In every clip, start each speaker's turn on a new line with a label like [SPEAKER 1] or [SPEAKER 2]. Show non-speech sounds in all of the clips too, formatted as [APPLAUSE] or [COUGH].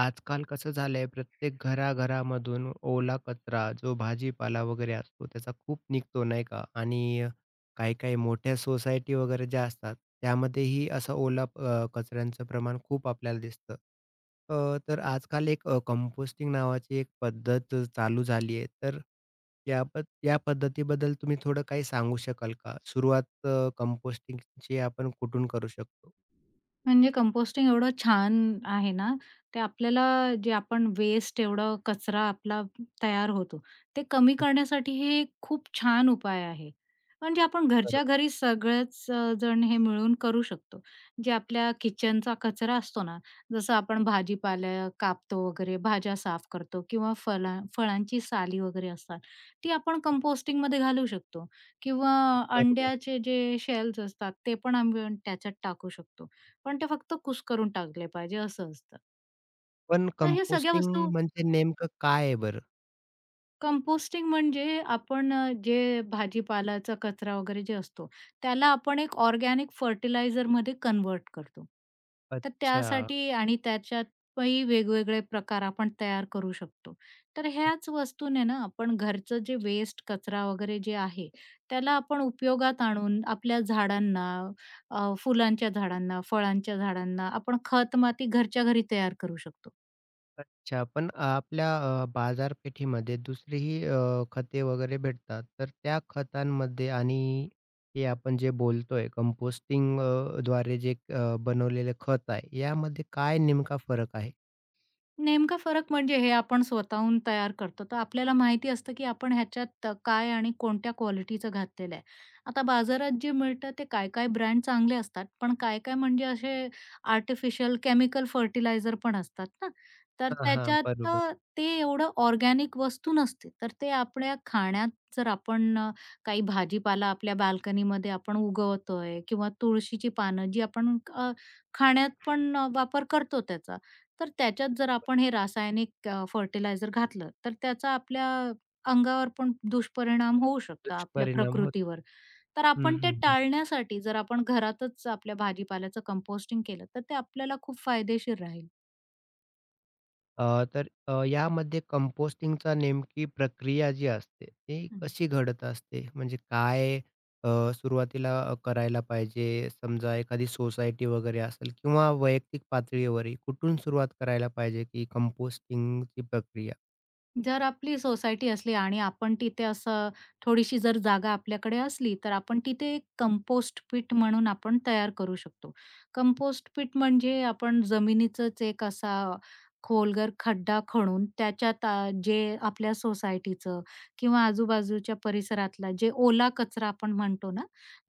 [SPEAKER 1] आजकाल कसं झालंय प्रत्येक घराघरामधून ओला कचरा जो भाजीपाला वगैरे असतो त्याचा खूप निघतो नाही का? आणि काही काही मोठ्या सोसायटी वगैरे ज्या असतात त्यामध्येही असा ओला कचऱ्यांचं प्रमाण खूप आपल्याला दिसतं. तर आजकाल एक कंपोस्टिंग नावाची एक पद्धत चालू झाली आहे. तर या पद्धतीबद्दल तुम्ही थोडं काही सांगू शकाल का? सुरुवात कंपोस्टिंगची आपण कुठून करू शकतो?
[SPEAKER 2] म्हणजे कंपोस्टिंग एवढं छान आहे ना, ते आपल्याला जे आपण वेस्ट एवढा कचरा आपला तयार होतो, ते कमी करण्यासाठी हे खूप छान उपाय आहे. म्हणजे आपण घरच्या घरी सगळेच जण हे मिळून करू शकतो. जे आपल्या किचनचा कचरा असतो ना, जसं आपण भाजीपाला कापतो वगैरे, भाज्या साफ करतो किंवा फळांची साली वगैरे असतात, ती आपण कंपोस्टिंगमध्ये घालू शकतो किंवा
[SPEAKER 1] बरोबर.
[SPEAKER 2] अंड्याचे जे शेल्स असतात, ते पण आम्ही त्याच्यात टाकू शकतो. पण ते फक्त कुस करून टाकले पाहिजे असं असतं.
[SPEAKER 1] पण
[SPEAKER 2] तर हे सगळ्या
[SPEAKER 1] कंपोस्टिंग
[SPEAKER 2] वस्तू
[SPEAKER 1] म्हणजे नेमकं काय आहे बरं?
[SPEAKER 2] कंपोस्टिंग म्हणजे आपण जे भाजीपालाचा कचरा वगैरे जे असतो, त्याला आपण एक ऑर्गॅनिक फर्टिलायझरमध्ये कन्व्हर्ट करतो. तर
[SPEAKER 1] अच्छा.
[SPEAKER 2] त्यासाठी आणि त्याच्यात ही वेगवेगळे प्रकार आपण तयार करू शकतो. तर ह्याच वस्तूने ना आपण घरचं जे वेस्ट कचरा वगैरे जे आहे, त्याला आपण उपयोगात आणून आपल्या झाडांना, फुलांच्या झाडांना, फळांच्या झाडांना आपण खत-माती घरच्या घरी तयार करू शकतो.
[SPEAKER 1] अच्छा. पण आपल्या बाजारपेठेमध्ये दुसरीही खते वगैरे भेटतात. तर त्या खतांमध्ये आणि हे आपण जे बोलतोय कंपोस्टिंग द्वारे जे बनवलेलं खत आहे, यामध्ये काय नेमका फरक आहे?
[SPEAKER 2] नेमका फरक म्हणजे हे आपण स्वतःहून तयार करतो. तर आपल्याला माहिती असतं, की आपण ह्याच्यात काय आणि कोणत्या क्वालिटीचं घातलेलं आहे. आता बाजारात जे मिळतं ते काय-काय ब्रँड चांगले असतात, पण काय-काय म्हणजे असे आर्टिफिशियल केमिकल फर्टिलायझर पण असतात ना. तर
[SPEAKER 1] हां, हां. बरोबर.
[SPEAKER 2] ते एवढं ऑर्गॅनिक वस्तू नसते. तर ते आपल्या खाण्यात जर आपण काही भाजीपाला आपल्या बाल्कनीमध्ये आपण उगवतोय किंवा तुळशीची पानं जी आपण खाण्यात पण वापर करतो त्याचा. तर त्याच्यात जर आपण हे रासायनिक फर्टिलायझर घातलं, तर त्याचा आपल्या अंगावर पण दुष्परिणाम होऊ शकतो, आपल्या
[SPEAKER 1] दुष्परिणाम होतात.
[SPEAKER 2] प्रकृतीवर. तर
[SPEAKER 1] हं,
[SPEAKER 2] आपण ते
[SPEAKER 1] हं, हं.
[SPEAKER 2] टाळण्यासाठी जर आपण घरातच आपल्या भाजीपाल्याचं कंपोस्टिंग केलं, तर ते आपल्याला खूप फायदेशीर राहील.
[SPEAKER 1] तर यामध्ये कंपोस्टिंगचा नेमकी प्रक्रिया जी असते, ती कशी घडत असते? म्हणजे काय अ, सुरुवातीला करायला पाहिजे? समजा एखादी सोसायटी वगैरे असेल किंवा वैयक्तिक पातळीवरही कुठून सुरुवात करायला पाहिजे, की कंपोस्टिंगची प्रक्रिया?
[SPEAKER 2] जर आपली सोसायटी असली आणि आपण तिथे असं थोडीशी जर जागा आपल्याकडे असली, तर आपण तिथे एक कंपोस्ट पीट म्हणून आपण तयार करू शकतो. कंपोस्ट पीट म्हणजे आपण जमिनीचंच एक असा खोलगर खड्डा खणून त्याच्यात जे आपल्या सोसायटीचं किंवा आजूबाजूच्या परिसरातला जे ओला कचरा आपण म्हणतो ना,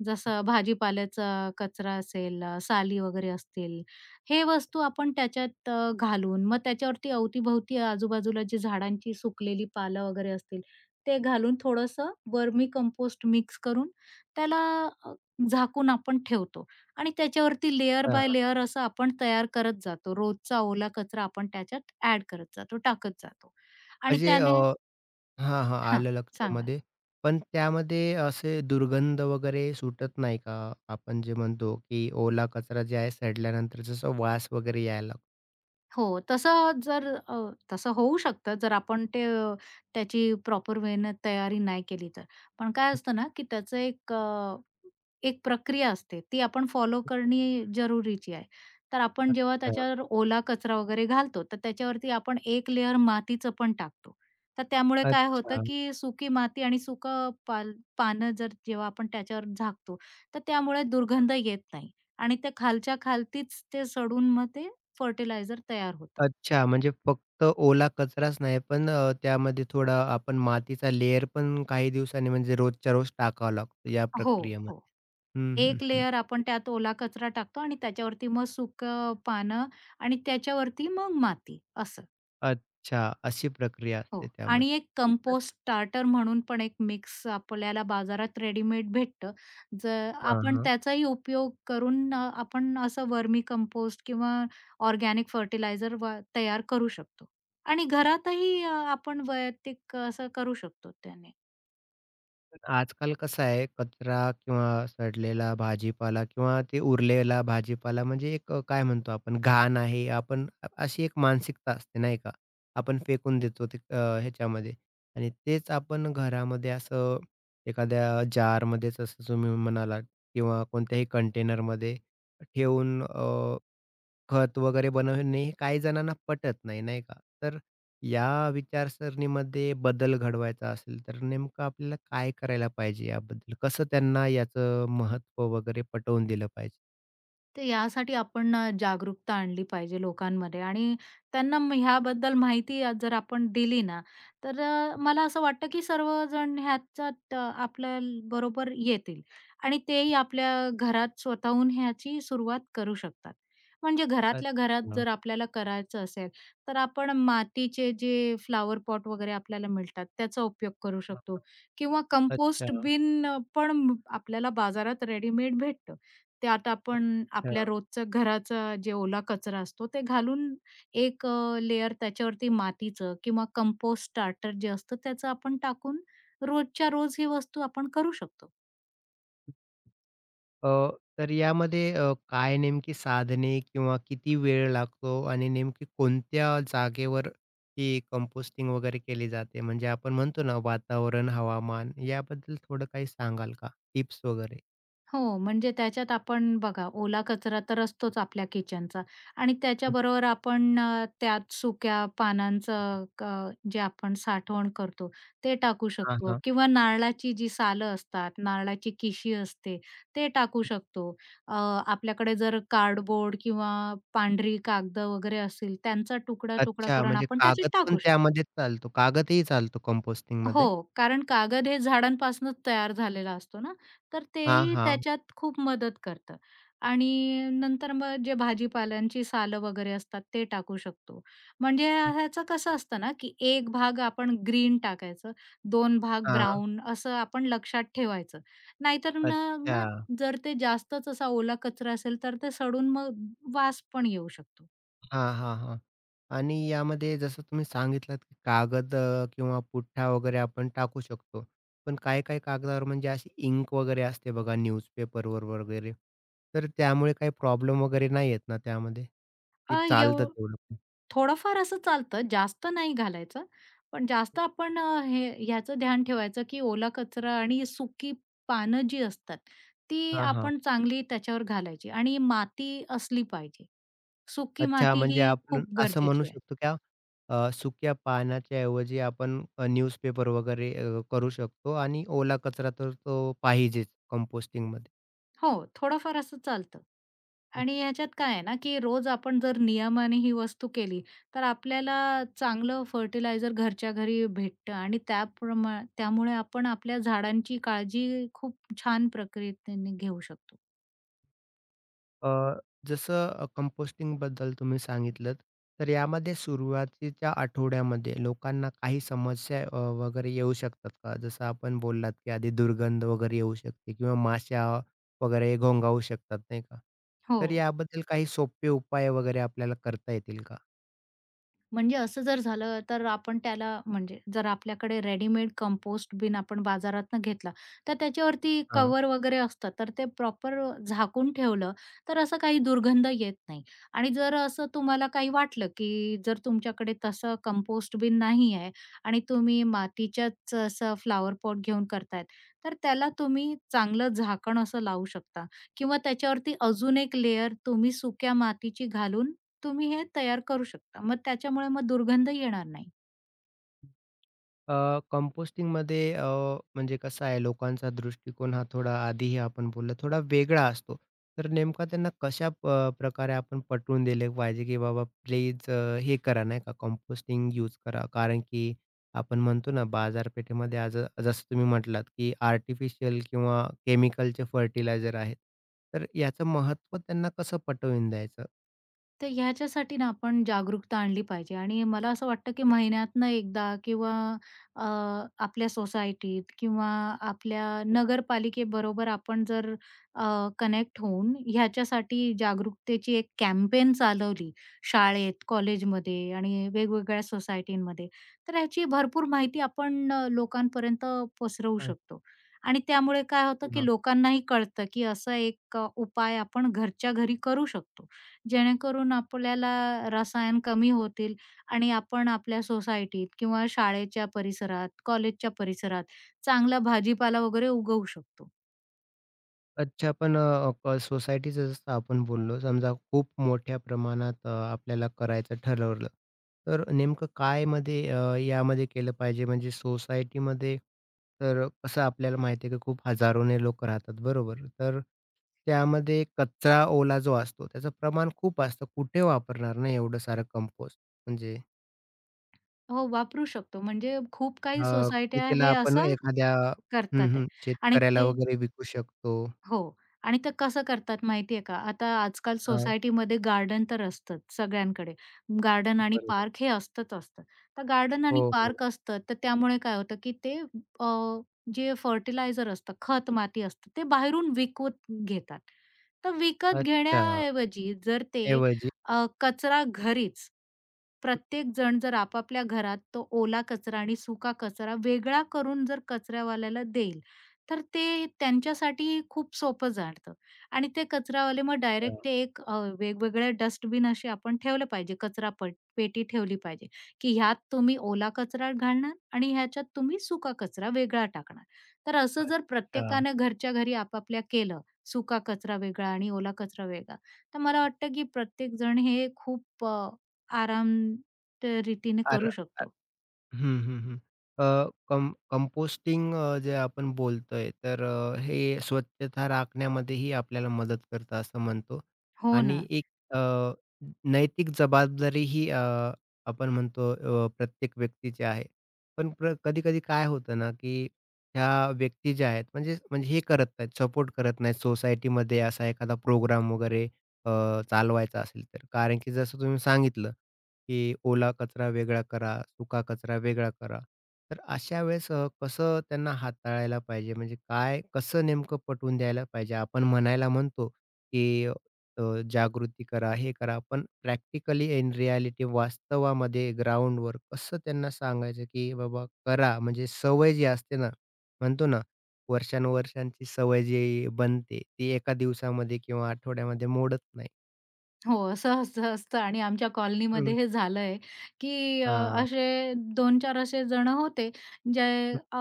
[SPEAKER 2] जसं भाजीपाल्याचा कचरा असेल, साली वगैरे असतील हे वस्तू आपण त्याच्यात घालून मग त्याच्यावरती अवतीभवती आजूबाजूला जी झाडांची सुकलेली पालं वगैरे असतील, ते घालून थोडंसं वर्मी कंपोस्ट मिक्स करून त्याला अ, झाकून आपण ठेवतो आणि त्याच्यावरती लेयर
[SPEAKER 1] हां.
[SPEAKER 2] बाय लेयर असं आपण तयार करत जातो. रोजचा ओला कचरा आपण त्याच्यात ॲड करत जातो, टाकत जातो आणि
[SPEAKER 1] म्हणजे
[SPEAKER 2] त्याने
[SPEAKER 1] हां, हां.
[SPEAKER 2] हां,
[SPEAKER 1] आलं
[SPEAKER 2] सांगा?
[SPEAKER 1] लक्षामध्ये. पण त्यामध्ये असे दुर्गंध वगैरे सुटत नाही का? आपण जे म्हणतो, की ओला कचरा जे आहे सडल्यानंतर जसं वास वगैरे यायला लागतो?
[SPEAKER 2] हो, तसं जर अ, तसं होऊ शकतं जर आपण त्याची प्रॉपर वेने तयारी नाही केली तर. पण काय असतं ना, की एक प्रक्रिया असते, ती आपण फॉलो करणे जरुरीची आहे. तर आपण जेव्हा
[SPEAKER 1] अच्छा,
[SPEAKER 2] त्याच्यावर ओला कचरा वगैरे घालतो, तर त्याच्यावरती आपण एक लेयर मातीचं पण टाकतो. तर त्यामुळे काय होतं,
[SPEAKER 1] अच्छा.
[SPEAKER 2] की सुकी माती आणि सुकं पाल पानं जर जेव्हा आपण त्याच्यावर झाकतो, तर त्यामुळे दुर्गंध येत नाही आणि ते खालच्या खालतीच ते सडून मग ते फर्टिलायझर तयार होतं.
[SPEAKER 1] अच्छा, म्हणजे फक्त ओला कचराच नाही, पण त्यामध्ये थोडा आपण मातीचा लेयर पण काही दिवसांनी म्हणजे रोजच्या रोज टाकावा लागतो या
[SPEAKER 2] हो, हो.
[SPEAKER 1] प्रक्रियेमध्ये. हं, हं,
[SPEAKER 2] एक
[SPEAKER 1] हं.
[SPEAKER 2] लेयर आपण त्यात ओला कचरा टाकतो आणि त्याच्यावरती मग पानं आणि त्याच्यावरती मग माती असं.
[SPEAKER 1] अच्छा, अशी प्रक्रिया असते
[SPEAKER 2] हो. आणि
[SPEAKER 1] त्यामध्ये.
[SPEAKER 2] एक हं.
[SPEAKER 1] अच्छा.
[SPEAKER 2] कंपोस्ट स्टार्टर म्हणून पण एक मिक्स आपल्याला बाजारात रेडीमेड भेटतं. जर आपण
[SPEAKER 1] हां,
[SPEAKER 2] त्याचाही उपयोग करून आपण असं वर्मी कंपोस्ट किंवा ऑर्गॅनिक फर्टिलायझर तयार करू शकतो. आणि घरातही आपण वैयक्तिक असं करू शकतो त्याने.
[SPEAKER 1] पण आजकाल कसं आहे, कचरा किंवा सडलेला भाजीपाला किंवा ते उरलेला भाजीपाला म्हणजे एक काय म्हणतो आपण घाण आहे. आपण अशी एक मानसिकता असते नाही का? आपण फेकून देतो ते ह्याच्यामध्ये आणि तेच आपण घरामध्ये असं एखाद्या जारमध्ये जसं तुम्ही म्हणालात किंवा कोणत्याही कंटेनरमध्ये ठेवून खत वगैरे बनवणे हे काही जणांना पटत नाही, नाही का? तर या विचारसरणीमध्ये बदल घडवायचा असेल, तर नेमकं आपल्याला काय करायला पाहिजे याबद्दल? कसं त्यांना याचं महत्त्व वगैरे पटवून दिलं पाहिजे?
[SPEAKER 2] तर यासाठी आपण जागरूकता आणली पाहिजे लोकांमध्ये आणि त्यांना ह्याबद्दल माहिती जर आपण दिली ना, तर मला असं वाटतं की सर्वजण ह्याच्यात आपल्या बरोबर येतील आणि तेही आपल्या घरात स्वतःहून ह्याची सुरुवात करू शकतात. म्हणजे घरातल्या घरात
[SPEAKER 1] अच्छा.
[SPEAKER 2] जर आपल्याला करायचं असेल, तर आपण मातीचे जे फ्लॉवर पॉट वगैरे आपल्याला मिळतात, त्याचा उपयोग करू शकतो किंवा
[SPEAKER 1] अच्छा,
[SPEAKER 2] कंपोस्ट बिन पण आपल्याला बाजारात रेडीमेड भेटतं. त्यात आपण आपल्या
[SPEAKER 1] अच्छा.
[SPEAKER 2] रोजचं घराचा जे ओला कचरा असतो ते घालून एक लेयर त्याच्यावरती मातीचं किंवा कंपोस्ट स्टार्टर जे असतं त्याचं आपण टाकून रोजच्या रोज ही वस्तू आपण करू शकतो.
[SPEAKER 1] अ, तर यामध्ये काय नेमकी साधने किंवा किती वेळ लागतो आणि नेमकी कोणत्या जागेवर ही कंपोस्टिंग वगैरे केली जाते? म्हणजे आपण म्हणतो ना वातावरण, हवामान याबद्दल थोडं काही सांगाल का? टिप्स वगैरे?
[SPEAKER 2] हो, म्हणजे त्याच्यात आपण बघा ओला कचरा तर असतोच आपल्या किचनचा आणि त्याच्याबरोबर आपण त्यात सुक्या पानांचं जे आपण साठवण करतो, ते टाकू
[SPEAKER 1] हां,
[SPEAKER 2] शकतो
[SPEAKER 1] हां.
[SPEAKER 2] किंवा नारळाची जी सालं असतात, नारळाची किशी असते, ते टाकू शकतो. अ, आपल्याकडे जर कार्डबोर्ड किंवा पांढरी कागद वगैरे असतील, त्यांचा तुकडा-तुकडा
[SPEAKER 1] अच्छा,
[SPEAKER 2] करून
[SPEAKER 1] म्हणजे
[SPEAKER 2] आपण
[SPEAKER 1] कागद
[SPEAKER 2] त्याच्यात
[SPEAKER 1] पण
[SPEAKER 2] टाकू शकतो.
[SPEAKER 1] त्यामध्ये चालतो. कागदही चालतो
[SPEAKER 2] हो,
[SPEAKER 1] कंपोस्टिंगमध्ये?
[SPEAKER 2] कारण कागद हे झाडांपासूनच तयार झालेला असतो ना, तर
[SPEAKER 1] हां,
[SPEAKER 2] तेही
[SPEAKER 1] हां.
[SPEAKER 2] त्याच्यात खूप मदत करतं आणि नंतर मग जे भाजीपाल्यांची सालं वगैरे असतात ते टाकू शकतो. म्हणजे
[SPEAKER 1] हं,
[SPEAKER 2] ह्याचं कसं असतं ना, की एक भाग आपण ग्रीन टाकायचं, दोन भाग
[SPEAKER 1] हां.
[SPEAKER 2] ब्राउन असं आपण लक्षात ठेवायचं. नाहीतर न
[SPEAKER 1] अच्छा.
[SPEAKER 2] ना जर ते जास्तच असा ओला कचरा असेल, तर ते सडून मग वास पण येऊ शकतो.
[SPEAKER 1] हां, हां, हां. आणि यामध्ये जसं तुम्ही सांगितलात, की कागद किंवा पुठ्ठा वगैरे आपण टाकू शकतो. पण काही-काही कागदावर म्हणजे अशी इंक वगैरे असते बघा न्यूजपेपरवर वगैरे. तर त्यामुळे काही प्रॉब्लेम वगैरे नाही येत ना त्यामध्ये?
[SPEAKER 2] अ,
[SPEAKER 1] की
[SPEAKER 2] एव
[SPEAKER 1] चालतं तेवढं पण?
[SPEAKER 2] थोडंफार असं चालतं, जास्त नाही घालायचं. पण जास्त आपण हे ह्याचं ध्यान ठेवायचं, की ओला कचरा आणि सुकी पानं जी असतात, ती
[SPEAKER 1] हां, हां.
[SPEAKER 2] आपण चांगली त्याच्यावर घालायची आणि माती असली पाहिजे. सुकी
[SPEAKER 1] अच्छा
[SPEAKER 2] माती
[SPEAKER 1] म्हणजे
[SPEAKER 2] ही
[SPEAKER 1] आपण
[SPEAKER 2] खूप
[SPEAKER 1] असं म्हणू
[SPEAKER 2] गरजेची आहे.
[SPEAKER 1] शकतो की सुक्या पानाच्या ऐवजी आपण न्यूजपेपर वगैरे करू शकतो आणि ओला कचरा तर तो पाहिजेच कंपोस्टिंगमध्ये.
[SPEAKER 2] हो, थोडंफार असं चालतं.
[SPEAKER 1] हं.
[SPEAKER 2] आणि याच्यात काय आहे ना, की रोज आपण जर नियमाने ही वस्तू केली, तर आपल्याला चांगलं फर्टिलायझर घरच्या घरी भेटतं आणि त्यामुळे आपण आपल्या झाडांची काळजी खूप छान प्रक्रियेने घेऊ शकतो.
[SPEAKER 1] अ, जसं कंपोस्टिंगबद्दल तुम्ही सांगितलंत, तर यामध्ये सुरुवातीच्या आठवड्यामध्ये लोकांना काही समस्या वगैरे येऊ शकतात का? जसं आपण बोललात, की आधी दुर्गंध वगैरे येऊ शकते किंवा माश्या वगैरे घोंगावू शकतात, नाही का?
[SPEAKER 2] हो.
[SPEAKER 1] तर याबद्दल काही सोपे उपाय वगैरे आपल्याला करता येतील का?
[SPEAKER 2] म्हणजे असं जर झालं तर आपण त्याला म्हणजे जर आपल्याकडे रेडीमेड कंपोस्ट बिन आपण बाजारातनं घेतला, तर त्याच्यावरती
[SPEAKER 1] हां.
[SPEAKER 2] कवर वगैरे असतं, तर ते प्रॉपर झाकून ठेवलं, तर असं काही दुर्गंध येत नाही. आणि जर असं तुम्हाला काही वाटलं, की जर तुमच्याकडे तसं कंपोस्ट बिन नाही आहे आणि तुम्ही मातीच्याच असं फ्लॉवर पॉट घेऊन करतायत, तर त्याला तुम्ही चांगलं झाकण असं लावू शकता किंवा त्याच्यावरती अजून एक लेयर तुम्ही सुक्या मातीची घालून तुम्ही हे तयार करू शकता. मग त्याच्यामुळे मग दुर्गंध येणार नाही.
[SPEAKER 1] कंपोस्टिंगमध्ये म्हणजे कसं आहे लोकांचा दृष्टिकोन हा थोडा आधीही आपण बोललो थोडा वेगळा असतो. तर नेमका त्यांना कशा प्रकारे आपण पटवून दिले पाहिजे, की बाबा प्लीज हे करा नाही का कंपोस्टिंग यूज करा. कारण की आपण म्हणतो ना बाजारपेठेमध्ये आज जसं तुम्ही म्हटलात, की आर्टिफिशियल किंवा केमिकलचे फर्टिलायझर आहेत. तर याचं महत्त्व त्यांना कसं पटवून द्यायचं?
[SPEAKER 2] तर ह्याच्यासाठी ना आपण जागरूकता आणली पाहिजे आणि मला असं वाटतं की महिन्यातनं एकदा किंवा अ, आपल्या सोसायटीत किंवा आपल्या नगरपालिकेबरोबर आपण जर कनेक्ट होऊन ह्याच्यासाठी जागरूकतेची एक कॅम्पेन चालवली शाळेत, कॉलेजमध्ये आणि वेगवेगळ्या सोसायटींमध्ये, तर ह्याची भरपूर माहिती आपण लोकांपर्यंत पसरवू शकतो. आणि त्यामुळे काय होतं की लोकांनाही कळतं की असा एक उपाय आपण घरच्या घरी करू शकतो. जेणेकरून आपल्याला रसायन कमी होतील आणि आपण आपल्या सोसायटीत किंवा शाळेच्या परिसरात, कॉलेजच्या परिसरात चांगला भाजीपाला वगैरे उगवू शकतो.
[SPEAKER 1] अच्छा, पण अ, क सोसायटीचं जसं आपण बोललो, समजा खूप मोठ्या प्रमाणात आपल्याला करायचं ठरवलं, तर नेमकं काय मध्ये यामध्ये केलं पाहिजे? म्हणजे सोसायटीमध्ये तर कसं आपल्याला माहिती आहे की खूप हजारोने लोकं राहतात, बरोबर? तर त्यामध्ये कचरा, ओला जो असतो, त्याचं प्रमाण खूप असतं. कुठे वापरणार ना एवढं सारं कंपोस्ट? म्हणजे
[SPEAKER 2] हो, वापरू शकतो. म्हणजे खूप काही
[SPEAKER 1] की
[SPEAKER 2] सोसायट्या
[SPEAKER 1] त्याला
[SPEAKER 2] हे
[SPEAKER 1] आपण
[SPEAKER 2] असं
[SPEAKER 1] एखाद्या हं,
[SPEAKER 2] करतात आहे
[SPEAKER 1] हं.
[SPEAKER 2] आणि
[SPEAKER 1] शेतकऱ्याला
[SPEAKER 2] ते
[SPEAKER 1] वगैरे विकू शकतो.
[SPEAKER 2] हो. आणि ते कसं करतात माहिती आहे का, आता आजकाल
[SPEAKER 1] अ,
[SPEAKER 2] सोसायटीमध्ये गार्डन तर असतंच सगळ्यांकडे. गार्डन आणि
[SPEAKER 1] बरोबर.
[SPEAKER 2] पार्क हे असतंच असतं. तर गार्डन आणि
[SPEAKER 1] हो, हो.
[SPEAKER 2] पार्क असतं, तर त्यामुळे काय होतं, की अ, जे फर्टिलायझर असतं, खत माती असतं, ते बाहेरून विकत घेतात. तर विकत
[SPEAKER 1] अच्छा.
[SPEAKER 2] घेण्याऐवजी जर
[SPEAKER 1] ऐवजी.
[SPEAKER 2] कचरा घरीच प्रत्येक जण जर आपापल्या घरात तो ओला कचरा आणि सुका कचरा वेगळा करून जर कचरावाल्याला देईल, तर ते त्यांच्यासाठी खूप सोपं जातं आणि ते कचरावाले मग
[SPEAKER 1] अ,
[SPEAKER 2] डायरेक्ट ते एक वेगवेगळ्या डस्टबिन असे आपण ठेवले पाहिजे, कचरा पेटी ठेवली पाहिजे, की ह्यात तुम्ही ओला कचरा घालणार आणि ह्याच्यात तुम्ही सुका कचरा वेगळा टाकणार. तर असं जर
[SPEAKER 1] अच्छा.
[SPEAKER 2] प्रत्येकानं घरच्या घरी आपापल्या केलं, सुका कचरा वेगळा आणि ओला कचरा वेगळा, तर मला वाटतं की प्रत्येकजण हे खूप आराम तर रीतीने
[SPEAKER 1] अर
[SPEAKER 2] करू शकतो.
[SPEAKER 1] हं, हं, हं. अ, कं कंपोस्टिंग जे आपण बोलतोय, तर हे स्वच्छता राखण्यामध्येही आपल्याला मदत करतं असं म्हणतो
[SPEAKER 2] हो
[SPEAKER 1] आणि
[SPEAKER 2] ना.
[SPEAKER 1] एक अ, नैतिक जबाबदारीही आपण म्हणतो प्रत्येक व्यक्तीची आहे. पण कधी-कधी काय होतं ना, की ह्या व्यक्ती ज्या आहेत म्हणजे म्हणजे हे करत नाहीत, सपोर्ट करत नाहीत सोसायटीमध्ये असा एखादा प्रोग्राम वगैरे अ, चालवायचा असेल तर. कारण की जसं तुम्ही सांगितलं की ओला कचरा वेगळा करा, सुका कचरा वेगळा करा. तर अशा वेळेस कसं त्यांना हाताळायला पाहिजे? म्हणजे काय कसं नेमकं पटवून द्यायला पाहिजे? आपण म्हणायला म्हणतो की अ, जागृती करा, हे करा. पण प्रॅक्टिकली इन रिॲलिटी वास्तवामध्ये ग्राउंडवर कसं त्यांना सांगायचं की बाबा करा. म्हणजे सवय जी असते ना, म्हणतो ना, वर्षानुवर्षांची सवय जी बनते, ती एका दिवसामध्ये किंवा आठवड्यामध्ये मोडत नाही.
[SPEAKER 2] हो, असं असं असतं आणि आमच्या कॉलनीमध्ये
[SPEAKER 1] हं.
[SPEAKER 2] हे झालंय, की
[SPEAKER 1] हां.
[SPEAKER 2] असे 2-4 असे जणं होते, जे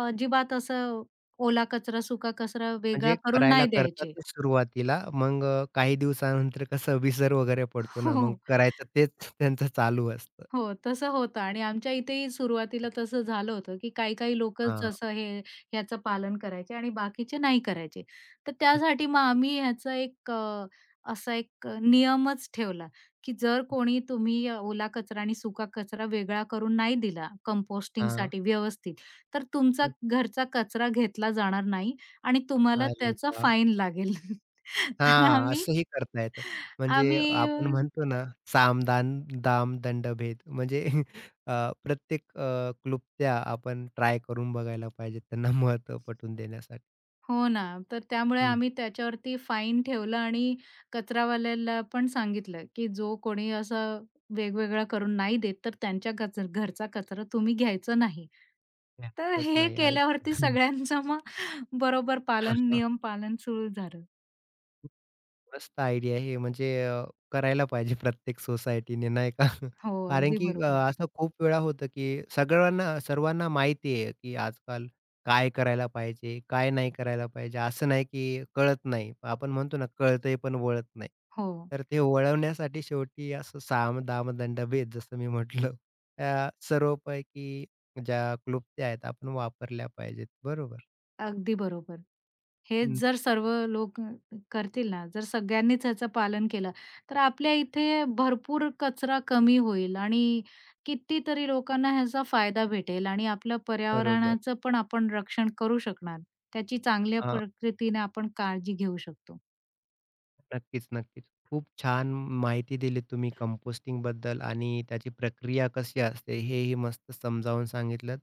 [SPEAKER 2] अजिबात असं ओला कचरा, सुका कचरा
[SPEAKER 1] म्हणजे
[SPEAKER 2] वेगळा करून
[SPEAKER 1] करायला
[SPEAKER 2] नाही
[SPEAKER 1] करतात
[SPEAKER 2] द्यायचे.
[SPEAKER 1] ते सुरुवातीला. मग काही दिवसानंतर कसं विसर वगैरे पडतो
[SPEAKER 2] हो.
[SPEAKER 1] ना, मग
[SPEAKER 2] हो.
[SPEAKER 1] करायचं तेच त्यांचं चालू असतं.
[SPEAKER 2] हो, तसं होतं आणि आमच्या इथेही सुरुवातीला तसं झालं होतं, की काही-काही लोकच
[SPEAKER 1] हां,
[SPEAKER 2] असं हे ह्याचं पालन करायचे आणि बाकीचे नाही करायचे. तर त्यासाठी मग आम्ही ह्याचा असा एक नियमच ठेवला, की जर कोणी तुम्ही ओला कचरा आणि सुका कचरा वेगळा करून नाही दिला
[SPEAKER 1] हां.
[SPEAKER 2] कंपोस्टिंगसाठी व्यवस्थित, तर तुमचा घरचा कचरा घेतला जाणार नाही आणि तुम्हाला
[SPEAKER 1] अरे
[SPEAKER 2] त्याचा
[SPEAKER 1] वाह!
[SPEAKER 2] फाईन लागेल. [LAUGHS] तर
[SPEAKER 1] हां,
[SPEAKER 2] आम्ही
[SPEAKER 1] असंही करता येतं. म्हणजे आपण
[SPEAKER 2] आम्ही
[SPEAKER 1] म्हणतो ना, सामदान, दाम, दंडभेद म्हणजे [LAUGHS] अ, प्रत्येक क्लुप्त्या आपण ट्राय करून बघायला पाहिजे त्यांना महत्त्व पटवून देण्यासाठी.
[SPEAKER 2] हो ना. तर त्यामुळे
[SPEAKER 1] हं,
[SPEAKER 2] आम्ही त्याच्यावरती फाईन ठेवलं आणि कचरावाल्याला पण सांगितलं, की जो कोणी असं वेगवेगळं करून नाही देत, तर त्यांच्या घरचा कचरा तुम्ही घ्यायचा नाही. तर
[SPEAKER 1] त्यातच
[SPEAKER 2] हे
[SPEAKER 1] नाही. हं,
[SPEAKER 2] केल्यावरती सगळ्यांचं मग बरोबर
[SPEAKER 1] [LAUGHS]
[SPEAKER 2] पालन सुरू झालं.
[SPEAKER 1] मस्त आयडिया आहे हे म्हणजे करायला पाहिजे प्रत्येक सोसायटीने नाही का? [LAUGHS]
[SPEAKER 2] हो,
[SPEAKER 1] कारण
[SPEAKER 2] अगदी
[SPEAKER 1] की
[SPEAKER 2] बरोबर.
[SPEAKER 1] असं खूप वेळा होतं की सगळ्यांना सर्वांना माहिती आहे की आजकाल काय करायला पाहिजे, काय नाही करायला पाहिजे. असं नाही की कळत नाही. आपण म्हणतो ना कळतंय पण वळत नाही.
[SPEAKER 2] हो,
[SPEAKER 1] तर ते वळवण्यासाठी शेवटी असं साम, दाम, दंड, भेद जसं मी म्हटलं त्या सर्वपैकी ज्या क्लुप्त्या आहेत आपण वापरल्या पाहिजेत. बरोबर.
[SPEAKER 2] अगदी बरोबर. हेच
[SPEAKER 1] हं.
[SPEAKER 2] जर सर्व लोक करतील ना, जर सगळ्यांनीच ह्याचं पालन केलं, तर आपल्या इथे भरपूर कचरा कमी होईल आणि कितीतरी लोकांना ह्याचा फायदा भेटेल आणि आपलं
[SPEAKER 1] बरोबर.
[SPEAKER 2] पर्यावरणाचं पण आपण रक्षण करू शकणार. त्याची चांगल्या
[SPEAKER 1] हां.
[SPEAKER 2] प्रकृतीने आपण काळजी घेऊ शकतो.
[SPEAKER 1] नक्कीच, नक्कीच. खूप छान माहिती दिली तुम्ही कंपोस्टिंगबद्दल आणि त्याची प्रक्रिया कशी असते हेही मस्त समजावून सांगितलंत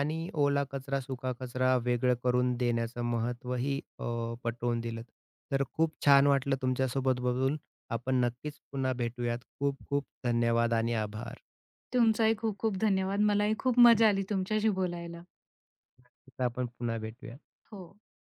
[SPEAKER 1] आणि ओला कचरा, सुका कचरा वेगळं करून देण्याचं महत्त्वही पटवून दिलंत. तर खूप छान वाटलं तुमच्यासोबत बोलून. आपण नक्कीच पुन्हा भेटूयात. खूप खूप धन्यवाद आणि आभार.
[SPEAKER 2] तुमचाही खूप खूप धन्यवाद. मलाही खूप मजा आली तुमच्याशी बोलायला.
[SPEAKER 1] आपण पुन्हा भेटूया.
[SPEAKER 2] हो.